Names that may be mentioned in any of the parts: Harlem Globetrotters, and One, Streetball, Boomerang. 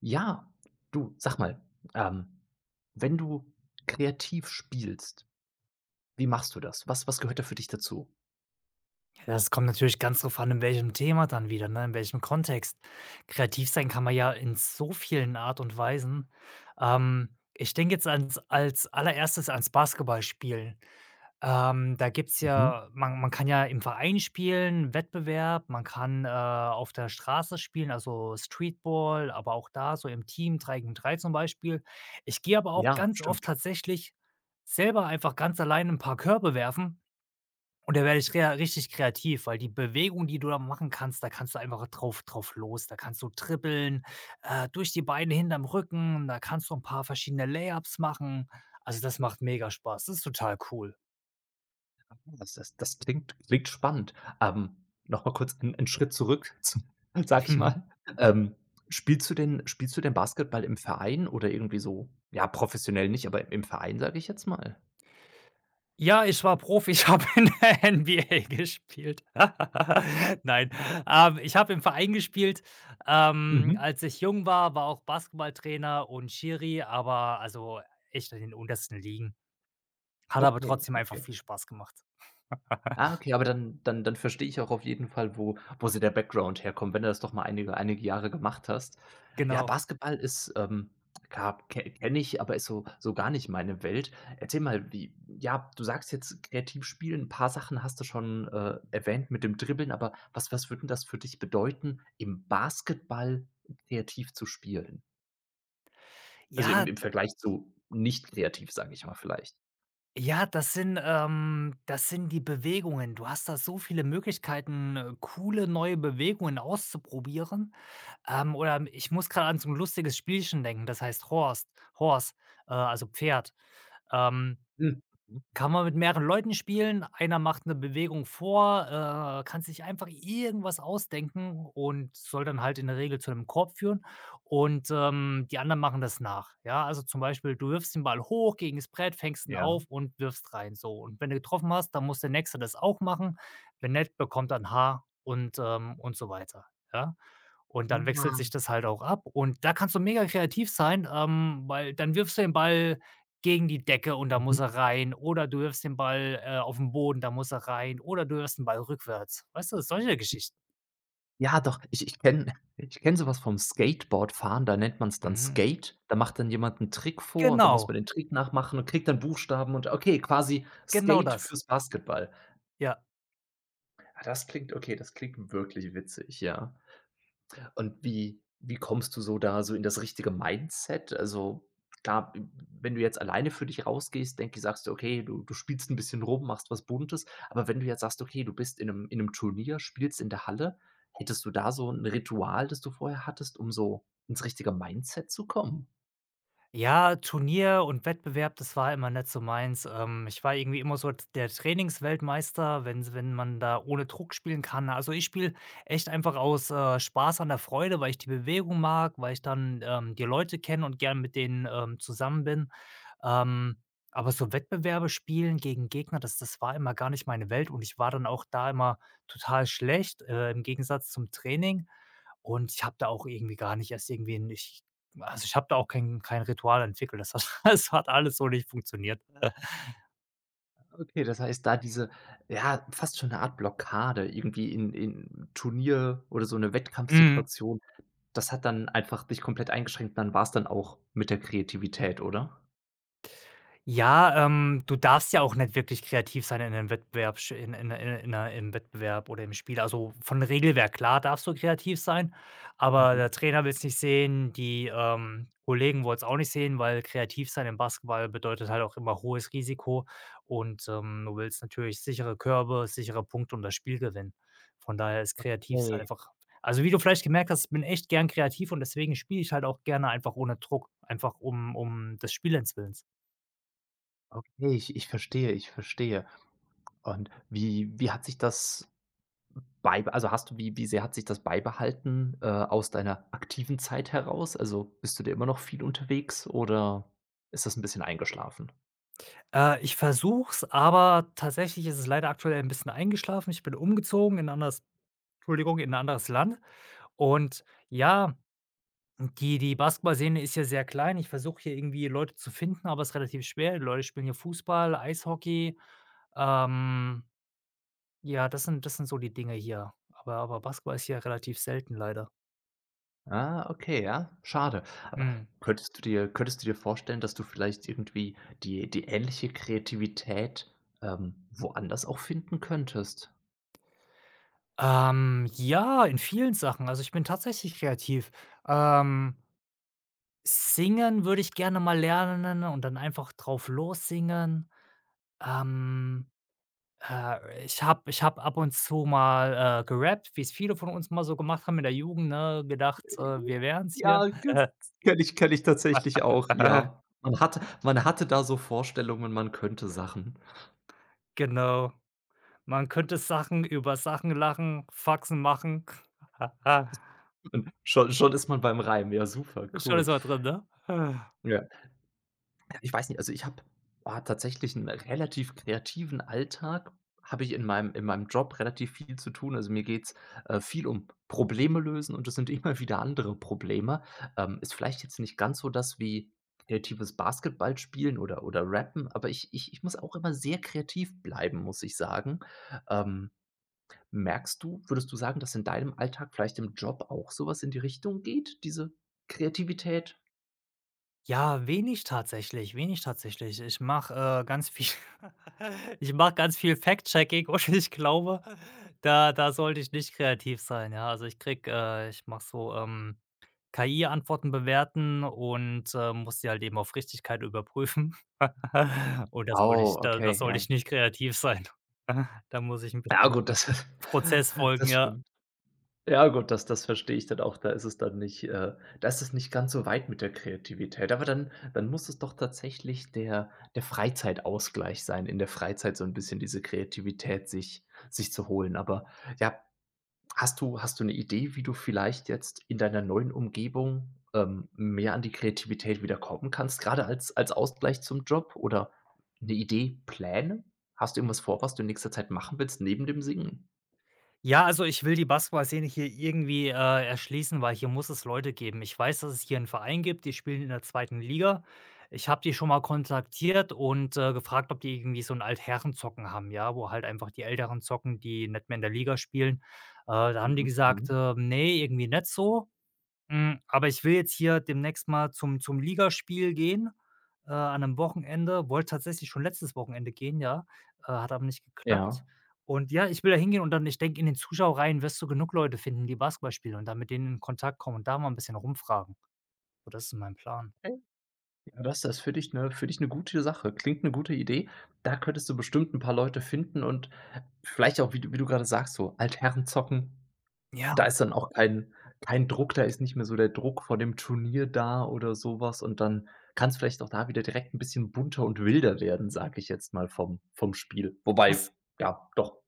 Ja, du, sag mal, ähm, wenn du kreativ spielst, wie machst du das? Was gehört da für dich dazu? Das kommt natürlich ganz drauf an, in welchem Thema dann wieder, ne, in welchem Kontext. Kreativ sein kann man ja in so vielen Art und Weisen. Ähm, Ich denke jetzt ans als allererstes ans Basketballspielen. Da gibt's ja man kann ja im Verein spielen, Wettbewerb, man kann, auf der Straße spielen, also Streetball, aber auch da so im Team 3 gegen 3 zum Beispiel. Ich gehe aber auch Ja, ganz oft stimmt. tatsächlich selber einfach ganz allein ein paar Körbe werfen und da werde ich rea richtig kreativ, weil die Bewegung, die du da machen kannst, da kannst du einfach drauf los. Da kannst du trippeln, durch die Beine hinterm Rücken, da kannst du ein paar verschiedene Layups machen. Also, das macht mega Spaß. Das ist total cool. Das klingt spannend. Noch mal kurz 'n Schritt zurück zu sage ich mal. Ähm, spielst du denn Basketball im Verein oder irgendwie so, ja, professionell nicht, aber im Verein, sage ich jetzt mal? Ja, ich war Profi, ich habe in der NBA gespielt. Nein, ich habe im Verein gespielt. Mhm. Als ich jung war, war auch Basketballtrainer und Schiri, aber also echt in den untersten Ligen. Hat aber Okay, trotzdem einfach okay. viel Spaß gemacht. Ah, okay, aber dann verstehe ich auch auf jeden Fall, wo so der Background herkommt, wenn du das doch mal einige Jahre gemacht hast. Ja, Genau. Basketball ist, ka ke kenne ich, aber ist so gar nicht meine Welt. Erzähl mal, wie, ja, du sagst jetzt kreativ spielen, 'n paar Sachen hast du schon, erwähnt mit dem Dribbeln, aber was würde 'n das für dich bedeuten, im Basketball kreativ zu spielen? Also, im Ja, im Vergleich zu nicht kreativ, sage ich mal vielleicht. ja, das sind die Bewegungen. Du hast da so viele Möglichkeiten, coole neue Bewegungen auszuprobieren. Oder ich muss gerade an so ein lustiges Spielchen denken, das heißt Horst Horse, also Pferd. Ähm Mhm. Mhm. Kann man mit mehreren Leuten spielen. Einer macht 'ne Bewegung vor, kann sich einfach irgendwas ausdenken und soll dann halt in der Regel zu 'nem Korb führen und, die anderen machen das nach. Ja, also, zum Beispiel, du wirfst den Ball hoch gegen das Brett, fängst ihn Ja. auf und wirfst rein, so. Und wenn du getroffen hast, dann muss der Nächste das auch machen. Wenn nicht, bekommt er 'n Haar und so weiter, ja? Und dann wechselt sich das halt auch ab und da kannst du mega kreativ sein, weil dann wirfst du den Ball gegen die Decke und da Mhm. muss er rein oder du wirfst den Ball, auf den Boden, da muss er rein oder du wirfst den Ball rückwärts. Weißt du, solche Geschichten. Ja, doch, ich kenn so was vom Skateboardfahren, da nennt man's dann Mhm. Skate. Da macht dann jemand einen Trick vor und dann muss man Genau, den Trick nachmachen und kriegt dann Buchstaben und okay, quasi genau Skate das. fürs Basketball. Ja. Ah, das klingt okay, das klingt wirklich witzig, ja. Und wie kommst du so in das richtige Mindset? Also, klar, wenn du jetzt alleine für dich rausgehst, denke ich, sagst du: „Okay, du spielst ein bisschen rum, machst was Buntes.“ Aber wenn du jetzt sagst: „Okay, du bist in einem Turnier, spielst in der Halle“, hättest du da so ein Ritual, das du vorher hattest, um so ins richtige Mindset zu kommen? Ja, Turnier und Wettbewerb, das war immer nicht so meins. Ich war irgendwie immer so der Trainingsweltmeister, wenn man da ohne Druck spielen kann. Also, ich spiele echt einfach aus, Spaß an der Freude, weil ich die Bewegung mag, weil ich dann, die Leute kenne und gern mit denen, zusammen bin. Ähm, aber so Wettbewerbe spielen gegen Gegner, das war immer gar nicht meine Welt und ich war dann auch da immer total schlecht, im Gegensatz zum Training. Und ich habe da auch irgendwie gar nicht erst irgendwie 'n ich also, ich habe da auch kein Ritual entwickelt. Das hat das hat alles so nicht funktioniert. Okay, das heißt, da diese, ja, fast schon eine Art Blockade irgendwie in Turnier oder so eine Mhm. Wettkampfsituation, das hat dann einfach dich komplett eingeschränkt, dann war es dann auch mit der Kreativität, oder? Ja, du darfst ja auch nicht wirklich kreativ sein in 'nem Wettbewerb sch in 'ner im Wettbewerb oder im Spiel. Also, von Regelwerk, klar darfst du kreativ sein, aber Mhm. der Trainer will es nicht sehen, die, Kollegen wollen es auch nicht sehen, weil kreativ sein im Basketball bedeutet halt auch immer hohes Risiko und, du willst natürlich sichere Körbe, sichere Punkte und das Spiel gewinnen. Von daher ist kreativ sein Okay, einfach Also, wie du vielleicht gemerkt hast, ich bin echt gern kreativ und deswegen spiele ich halt auch gerne einfach ohne Druck, einfach um des Spielens Willens. okay, ich verstehe, ich verstehe. Und wie hat sich das hast du wie sehr hat sich das beibehalten, aus deiner aktiven Zeit heraus? Also, bist du da immer noch viel unterwegs oder ist das ein bisschen eingeschlafen? Ich versuche es, aber tatsächlich ist es leider aktuell ein bisschen eingeschlafen. Ich bin umgezogen in 'n anderes Land und ja, die Basketballszene ist hier sehr klein. Ich versuche hier irgendwie Leute zu finden, aber es ist relativ schwer. Die Leute spielen hier Fußball, Eishockey. Ähm, ja, das sind so die Dinge hier, aber Basketball ist hier relativ selten leider. Ah, okay, ja, schade. Aber Mhm. könntest du dir vorstellen, dass du vielleicht irgendwie die ähnliche Kreativität, woanders auch finden könntest? Ja, in vielen Sachen. Also, ich bin tatsächlich kreativ. Ähm Singen würde ich gerne mal lernen und dann einfach drauf lossingen. Ähm, Ich hab ab und zu mal, gerappt, wie es viele von uns mal so gemacht haben in der Jugend, ne, gedacht, wir wären's hier. Ja, das kenne ich tatsächlich auch, ja. Man hatte da so Vorstellungen, man könnte Sachen. Genau. Man könnte Sachen über Sachen lachen, Faxen machen. Und schon ist man beim Reim. Ja, super, Ist schon cool. alles mal drin, ne? Ja. Ja, ich weiß nicht, also ich habe, tatsächlich einen relativ kreativen Alltag, habe ich in meinem Job relativ viel zu tun. Also, mir geht's, viel um Probleme lösen und es sind immer wieder andere Probleme. Ist vielleicht jetzt nicht ganz so das wie kreatives Basketball spielen oder Rappen, aber ich muss auch immer sehr kreativ bleiben, muss ich sagen. Ähm, Merkst du, würdest du sagen, dass in deinem Alltag vielleicht im Job auch sowas in die Richtung geht, diese Kreativität? Ja, wenig tatsächlich, wenig tatsächlich. Ich mache, ganz viel ich mache ganz viel Fact-Checking und ich glaube, da sollte ich nicht kreativ sein, ja. Also, ich mache so, KI-Antworten bewerten und, muss die halt eben auf Richtigkeit überprüfen. Und Oh, da okay, soll ja. ich nicht kreativ sein. Da muss ich einen Ja gut, bestimmten das Prozess folgen, das ja. stimmt. Ja gut, das verstehe ich dann auch. Da ist es dann nicht da ist es nicht ganz so weit mit der Kreativität. Aber dann muss es doch tatsächlich der Freizeitausgleich sein, in der Freizeit so 'n bisschen diese Kreativität sich zu holen. Aber ja, hast du 'ne Idee, wie du vielleicht jetzt in deiner neuen Umgebung, mehr an die Kreativität wieder kommen kannst, grade als als Ausgleich zum Job oder 'ne Idee, Pläne? Hast du irgendwas vor, was du in nächster Zeit machen willst neben dem Singen? Ja, also ich will die Basketballszene hier irgendwie, erschließen, weil hier muss es Leute geben. Ich weiß, dass es hier einen Verein gibt, die spielen in der zweiten Liga. Ich habe die schon mal kontaktiert und, gefragt, ob die irgendwie so 'n Altherrenzocken haben, ja, wo halt einfach die Älteren zocken, die nicht mehr in der Liga spielen. Da haben die Mhm, gesagtmhm. „Ne, irgendwie nicht so." Aber ich will jetzt hier demnächst mal zum Ligaspiel gehen, an einem Wochenende. Wollte tatsächlich schon letztes Wochenende gehen, ja, hat aber nicht geklappt. Ja. Und ja, ich will da hingehen und dann ich denke, in den Zuschauerreihen wirst du genug Leute finden, die Basketball spielen und dann mit denen in Kontakt kommen und da mal ein bisschen rumfragen. So, das ist mein Plan. Okay. Ja, das das finde ich 'ne gute Sache. Klingt 'ne gute Idee. Da könntest du bestimmt 'n paar Leute finden und vielleicht auch, wie du grade sagst, so Altherren zocken. Ja, Da ist dann auch kein Druck, da ist nicht mehr so der Druck vor dem Turnier da oder so was und dann kann's vielleicht auch da wieder direkt 'n bisschen bunter und wilder werden, sage ich jetzt mal vom Spiel. Wobei, das ja, doch.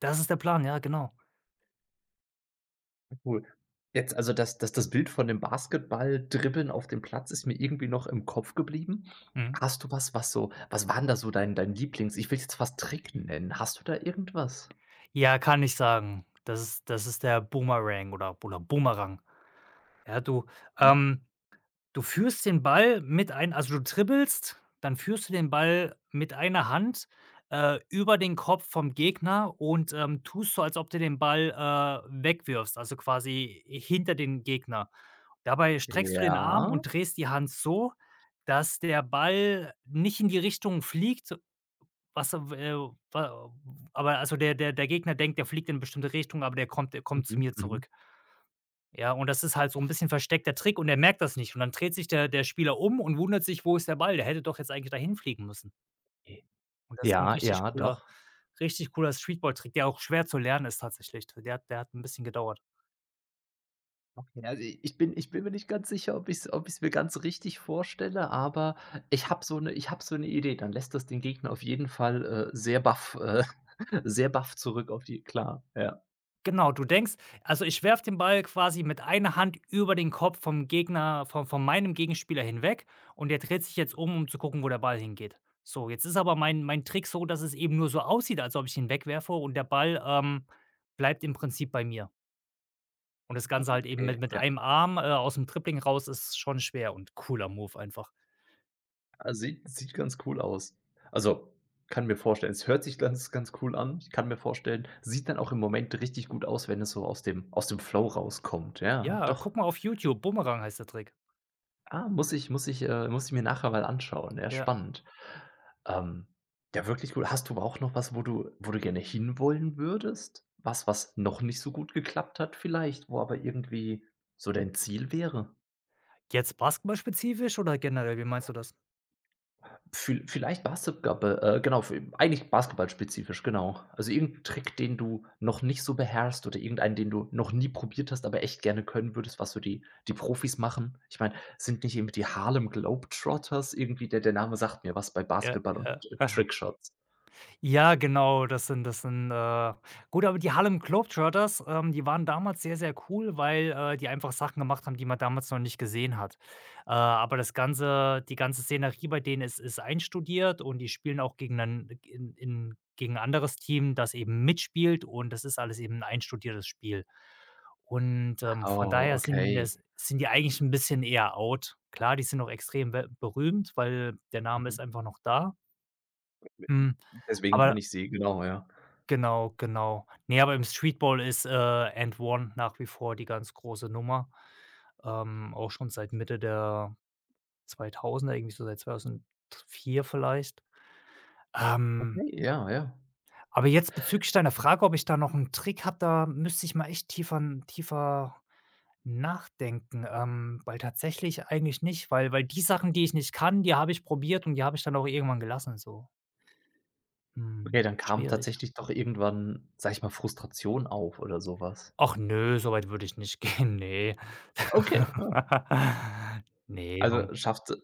das ist der Plan, ja, genau. Cool. Jetzt also das Bild von dem Basketball-Dribbeln auf dem Platz ist mir irgendwie noch im Kopf geblieben. Mhm. Hast du was, was so, was war 'n da so dein Lieblings, ich will jetzt fast Trick nennen. Hast du da irgendwas? Ja, kann ich sagen. Das ist der Boomerang oder Boomerang. Ja, du, Mhm. ähm Du führst den Ball mit ein also du dribbelst, dann führst du den Ball mit einer Hand, über den Kopf vom Gegner und, tust so, als ob du den Ball, wegwirfst, also quasi hinter den Gegner. Dabei streckst du den Arm und Ja. drehst die Hand so, dass der Ball nicht in die Richtung fliegt, was er wa aber also der Gegner denkt, der fliegt in 'ne bestimmte Richtung, aber der kommt zu Mhm, mir mhm. zurück. Ja, und das ist halt so ein bisschen versteckter Trick und er merkt das nicht und dann dreht sich der Spieler um und wundert sich: „Wo ist der Ball? Der hätte doch jetzt eigentlich dahin fliegen müssen." Und das ist so ein Ja, richtig ja, cooler doch. richtig cooler Streetball-Trick, der auch schwer zu lernen ist tatsächlich. Der hat ein bisschen gedauert. Okay, also ich bin mir nicht ganz sicher, ob ich's mir ganz richtig vorstelle, aber ich habe so eine Idee. Dann lässt das den Gegner auf jeden Fall, sehr baff sehr baff zurück auf die klar, ja. Genau, du denkst also, ich werf den Ball quasi mit einer Hand über den Kopf vom Gegner von meinem Gegenspieler hinweg und der dreht sich jetzt um, um zu gucken, wo der Ball hingeht. So, jetzt ist aber mein Trick so, dass es eben nur so aussieht, als ob ich ihn wegwerfe und der Ball, bleibt im Prinzip bei mir. Und das Ah, Ganze halt eben okay. mit einem Arm, aus dem Tripling raus ist schon schwer und cooler Move einfach. Ah, sieht sieht ganz cool aus. Also, kann mir vorstellen, es hört sich ganz cool an. Ich kann mir vorstellen, sieht dann auch im Moment richtig gut aus, wenn es so aus dem Flow rauskommt. Ja, Ja, doch. guck mal auf YouTube, Boomerang heißt der Trick. Ah, muss ich mir nachher mal anschauen. Ja, Ja. spannend. Ähm, ja, wirklich gut. Hast du aber auch noch was, wo du gerne hinwollen würdest? Was noch nicht so gut geklappt hat vielleicht, wo aber irgendwie so dein Ziel wäre? Jetzt basketballspezifisch oder generell, wie meinst du das? Vielleicht Basketball, genau, v eigentlich basketballspezifisch, genau. Also irgendein Trick, den du noch nicht so beherrschst oder irgendeinen, den du noch nie probiert hast, aber echt gerne können würdest, was so die Profis machen. Ich meine, sind nicht eben die Harlem Globetrotters irgendwie der Name sagt mir was bei Ja, Basketball und T ja. Trickshots. Ja, genau, aber die Harlem Globetrotters, die waren damals sehr, sehr cool, weil, die einfach Sachen gemacht haben, die man damals noch nicht gesehen hat. Aber das ganze die ganze Szenerie bei denen ist einstudiert und die spielen auch gegen ein in gegen 'n anderes Team, das eben mitspielt und das ist alles eben 'n einstudiertes Spiel. Und, von Oh, daher okay. Sind die eigentlich ein bisschen eher out. Klar, die sind noch extrem be berühmt, weil der Name Mhm. ist einfach noch da. hm, Deswegen kenne aber ich sie, genau, ja. Genau, genau. Ne, aber im Streetball ist, and One nach wie vor die ganz große Nummer, auch schon seit Mitte der 2000er, irgendwie so seit 2004 vielleicht. Ähm, Okay, ja, ja. aber jetzt bezüglich deiner Frage, ob ich da noch 'n Trick habe, da müsste ich mal echt tiefer nachdenken, weil tatsächlich eigentlich nicht, weil die Sachen, die ich nicht kann, die habe ich probiert und die habe ich dann auch irgendwann gelassen so. Mhm, Okay, dann kam schwierig. tatsächlich doch irgendwann, sage ich mal, Frustration auf oder sowas. Ach nö, so weit würde ich nicht gehen, ne. Okay. Ne, man Also, schafft,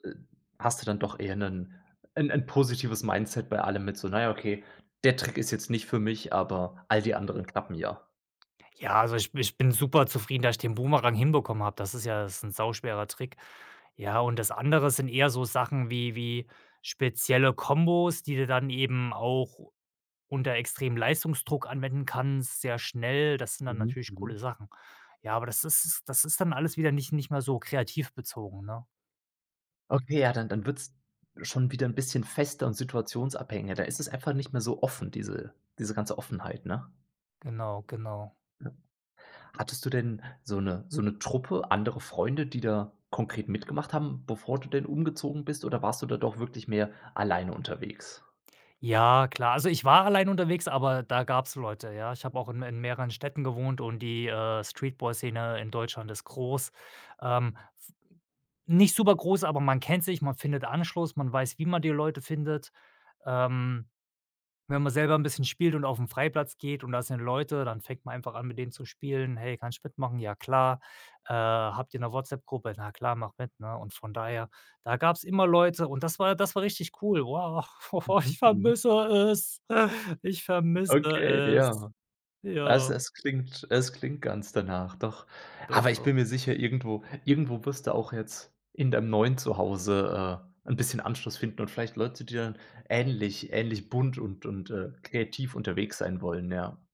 hast du dann doch eher ein 'n positives Mindset bei allem mit so: „Na ja, okay, der Trick ist jetzt nicht für mich, aber all die anderen klappen ja.“ ja, also ich bin super zufrieden, dass ich den Boomerang hinbekommen habe. Das ist 'n sauschwerer Trick. Ja, und das andere sind eher so Sachen wie spezielle Kombos, die du dann eben auch unter extremem Leistungsdruck anwenden kannst, sehr schnell. Das sind dann Mhm, natürlich mhm. coole Sachen. Ja, aber das ist dann alles wieder nicht mehr so kreativ bezogen, ne? Okay, ja, dann dann wird's schon wieder ein bisschen fester und situationsabhängiger. Da ist es einfach nicht mehr so offen, diese ganze Offenheit, ne? Genau, genau. Ja. Hattest du denn so eine Truppe, andere Freunde, die da konkret mitgemacht haben, bevor du denn umgezogen bist, oder warst du da doch wirklich mehr alleine unterwegs? Ja, klar. Also, ich war allein unterwegs, aber da gab's Leute, ja. Ich habe auch in mehreren Städten gewohnt und die, Streetboy-Szene in Deutschland ist groß. F Nicht super groß, aber man kennt sich, man findet Anschluss, man weiß, wie man die Leute findet. Ähm, Wenn man selber ein bisschen spielt und auf den Freiplatz geht und da sind Leute, dann fängt man einfach an, mit denen zu spielen: „Hey, kannst du mitmachen?" „Ja, klar." „Habt ihr eine WhatsApp-Gruppe?" „Na klar, mach mit", ne? Und von daher, da gab es immer Leute und das war richtig cool. Wow, Mhm, ich mhm. vermisse es. Ich Okay, vermisse es. ja. Es Ja, es klingt, es klingt ganz danach, doch. doch, Aber ich doch. bin mir sicher, irgendwo wirst du auch jetzt in deinem neuen Zuhause, 'n bisschen Anschluss finden und vielleicht Leute, die dann ähnlich bunt und, kreativ unterwegs sein wollen, ja.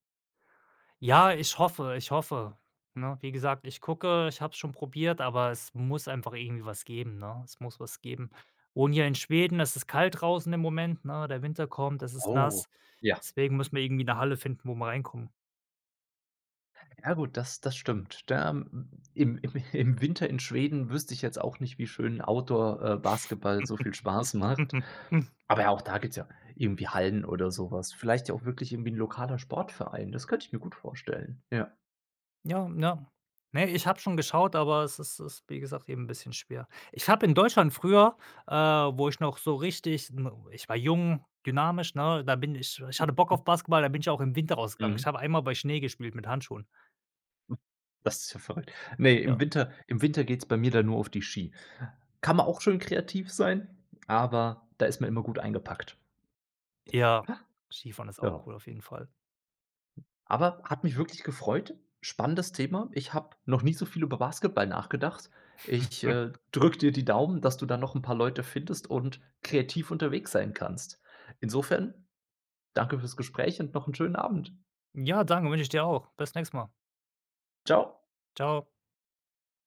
Ja, ich hoffe, ne? Wie gesagt, ich gucke, ich habe es schon probiert, aber es muss einfach irgendwie was geben, ne? Es muss was geben. Wohne hier in Schweden, es ist kalt draußen im Moment, ne? Der Winter kommt, es ist Oh, nass. ja. Deswegen müssen wir irgendwie eine Halle finden, wo wir reinkommen. Ja gut, das stimmt. Da im im im Winter in Schweden wüsste ich jetzt auch nicht, wie schön Outdoor, Basketball so viel Spaß macht. Aber ja, auch da gibt's ja irgendwie Hallen oder so was. Vielleicht ja auch wirklich irgendwie 'n lokaler Sportverein. Das könnte ich mir gut vorstellen. Ja. Ja, ja. Ne, ich habe schon geschaut, aber es ist, wie gesagt, eben ein bisschen schwer. Ich habe in Deutschland früher, wo ich noch so richtig n ich war jung, dynamisch, ne? Da bin ich ich hatte Bock auf Basketball, da bin ich auch im Winter rausgegangen. Ich Mhm. habe einmal bei Schnee gespielt mit Handschuhen. Das ist ja verrückt. Ne, im Ja. Winter, im Winter geht's bei mir dann nur auf die Ski. Kann man auch schön kreativ sein, aber da ist man immer gut eingepackt. Ja, Skifahren ist auch Ja, cool auf jeden Fall. aber hat mich wirklich gefreut. Spannendes Thema. Ich habe noch nie so viel über Basketball nachgedacht. Ich, drücke dir die Daumen, dass du da noch 'n paar Leute findest und kreativ unterwegs sein kannst. Insofern, danke fürs Gespräch und noch einen schönen Abend. Ja, danke, wünsche ich dir auch. Bis nächstes Mal. Ciao. Ciao.